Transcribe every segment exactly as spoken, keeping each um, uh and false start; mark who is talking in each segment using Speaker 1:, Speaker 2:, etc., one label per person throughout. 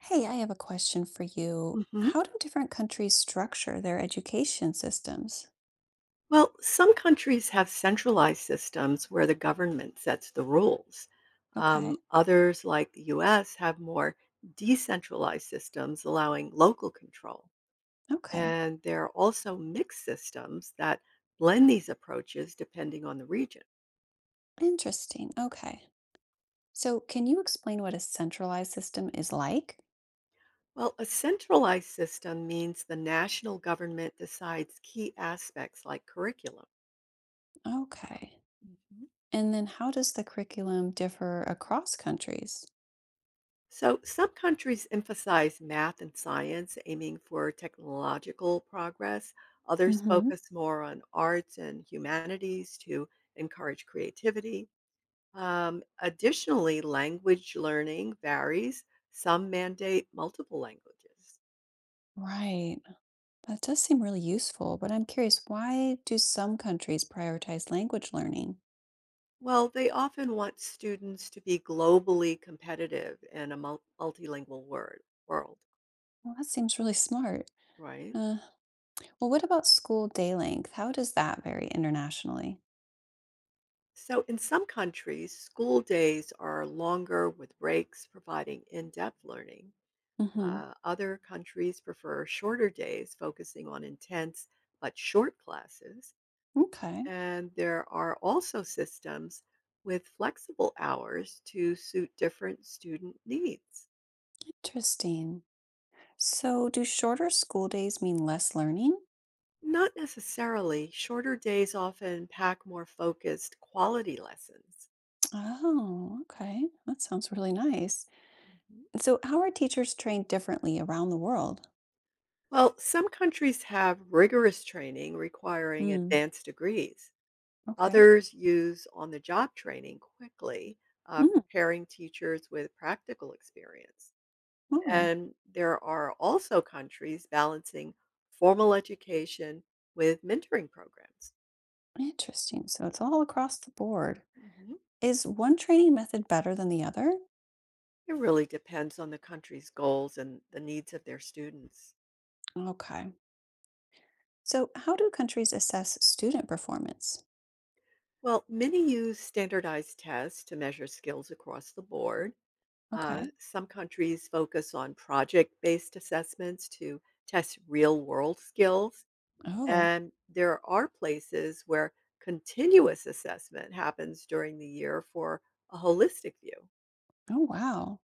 Speaker 1: Hey, I have a question for you.
Speaker 2: Hmm.
Speaker 1: How do different countries structure their education systems?
Speaker 2: Well, some countries have centralized systems where the government sets the rules.
Speaker 1: Okay,
Speaker 2: Um, others, like the U S, have more decentralized systems allowing local control.
Speaker 1: okay.
Speaker 2: And there are also mixed systems that blend these approaches depending on the region.
Speaker 1: Interesting. Okay. So, can you explain what a centralized system is like?
Speaker 2: Well, a centralized system means the national government decides key aspects like curriculum.
Speaker 1: Okay.
Speaker 2: Mhm.
Speaker 1: And then how does the curriculum differ across countries?
Speaker 2: So, some countries emphasize math and science, aiming for technological progress. Others
Speaker 1: Mm-hmm.
Speaker 2: focus more on arts and humanities to encourage creativity. Um, additionally, language learning varies. Some mandate multiple languages.
Speaker 1: Right. That does seem really useful, but I'm curious, why do some countries prioritize language learning?
Speaker 2: Well, they often want students to be globally competitive in a mul- multilingual word, world,
Speaker 1: Well, that seems really smart.
Speaker 2: right?
Speaker 1: Uh, well, what about school day length? How does that vary internationally?
Speaker 2: So, in some countries, school days are longer with breaks providing in depth learning.
Speaker 1: Hmm.
Speaker 2: Uh, other countries prefer shorter days focusing on intense but short classes.
Speaker 1: Okay,
Speaker 2: And there are also systems with flexible hours to suit different student needs.
Speaker 1: interesting. So, do shorter school days mean less learning?
Speaker 2: Not necessarily, shorter days often pack more focused quality lessons.
Speaker 1: Oh, okay. That sounds really nice. And so, how are teachers trained differently around the world?
Speaker 2: Well, some countries have rigorous training requiring
Speaker 1: Mm,
Speaker 2: advanced degrees.
Speaker 1: okay.
Speaker 2: Others use on the job training quickly, uh,
Speaker 1: Mm,
Speaker 2: pairing teachers with practical experience.
Speaker 1: oh,
Speaker 2: And there are also countries balancing formal education with mentoring programs.
Speaker 1: interesting. So, it's all across the board.
Speaker 2: Mhm.
Speaker 1: Is one training method better than the other?
Speaker 2: It really depends on the country's goals and the needs of their students.
Speaker 1: Okay. So, how do countries assess student performance?
Speaker 2: Well, many use standardized tests to measure skills across the board.
Speaker 1: Okay.
Speaker 2: Uh, some countries focus on project based assessments to test real world skills.
Speaker 1: Oh,
Speaker 2: And there are places where continuous assessment happens during the year for a holistic view.
Speaker 1: oh, wow.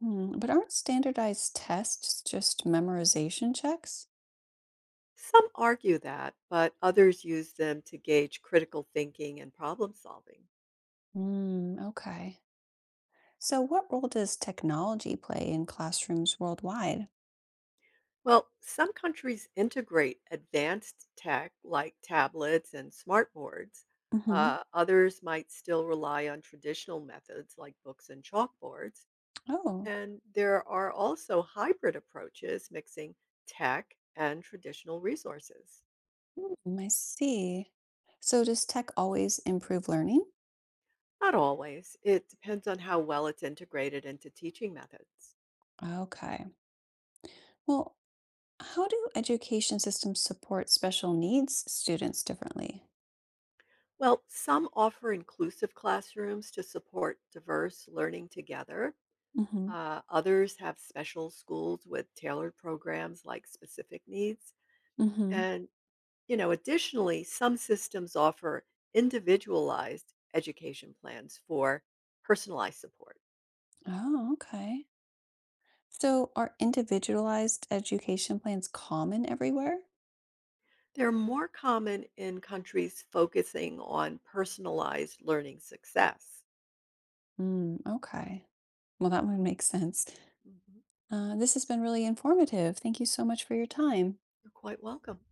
Speaker 1: Hmm, but aren't standardized tests just memorization checks?
Speaker 2: Some argue that, but others use them to gauge critical thinking and problem solving.
Speaker 1: Mm, okay. So, what role does technology play in classrooms worldwide?
Speaker 2: Well, some countries integrate advanced tech like tablets and smartboards.
Speaker 1: Hmm.
Speaker 2: Uh, others might still rely on traditional methods like books and chalkboards.
Speaker 1: Oh,
Speaker 2: And there are also hybrid approaches mixing tech and traditional resources.
Speaker 1: mm, I see. So, does tech always improve learning?
Speaker 2: Not always, it depends on how well it's integrated into teaching methods.
Speaker 1: Okay. Well, how do education systems support special needs students differently?
Speaker 2: Well, some offer inclusive classrooms to support diverse learning together.
Speaker 1: Hmm.
Speaker 2: Uh, others have special schools with tailored programs like specific needs.
Speaker 1: Hmm.
Speaker 2: And, you know, additionally, some systems offer individualized education plans for personalized support.
Speaker 1: Oh, okay. So, are individualized education plans common everywhere?
Speaker 2: They're more common in countries focusing on personalized learning success.
Speaker 1: Mm, okay. Well, that would make sense.
Speaker 2: Mhm.
Speaker 1: Uh, this has been really informative. Thank you so much for your time.
Speaker 2: You're quite welcome.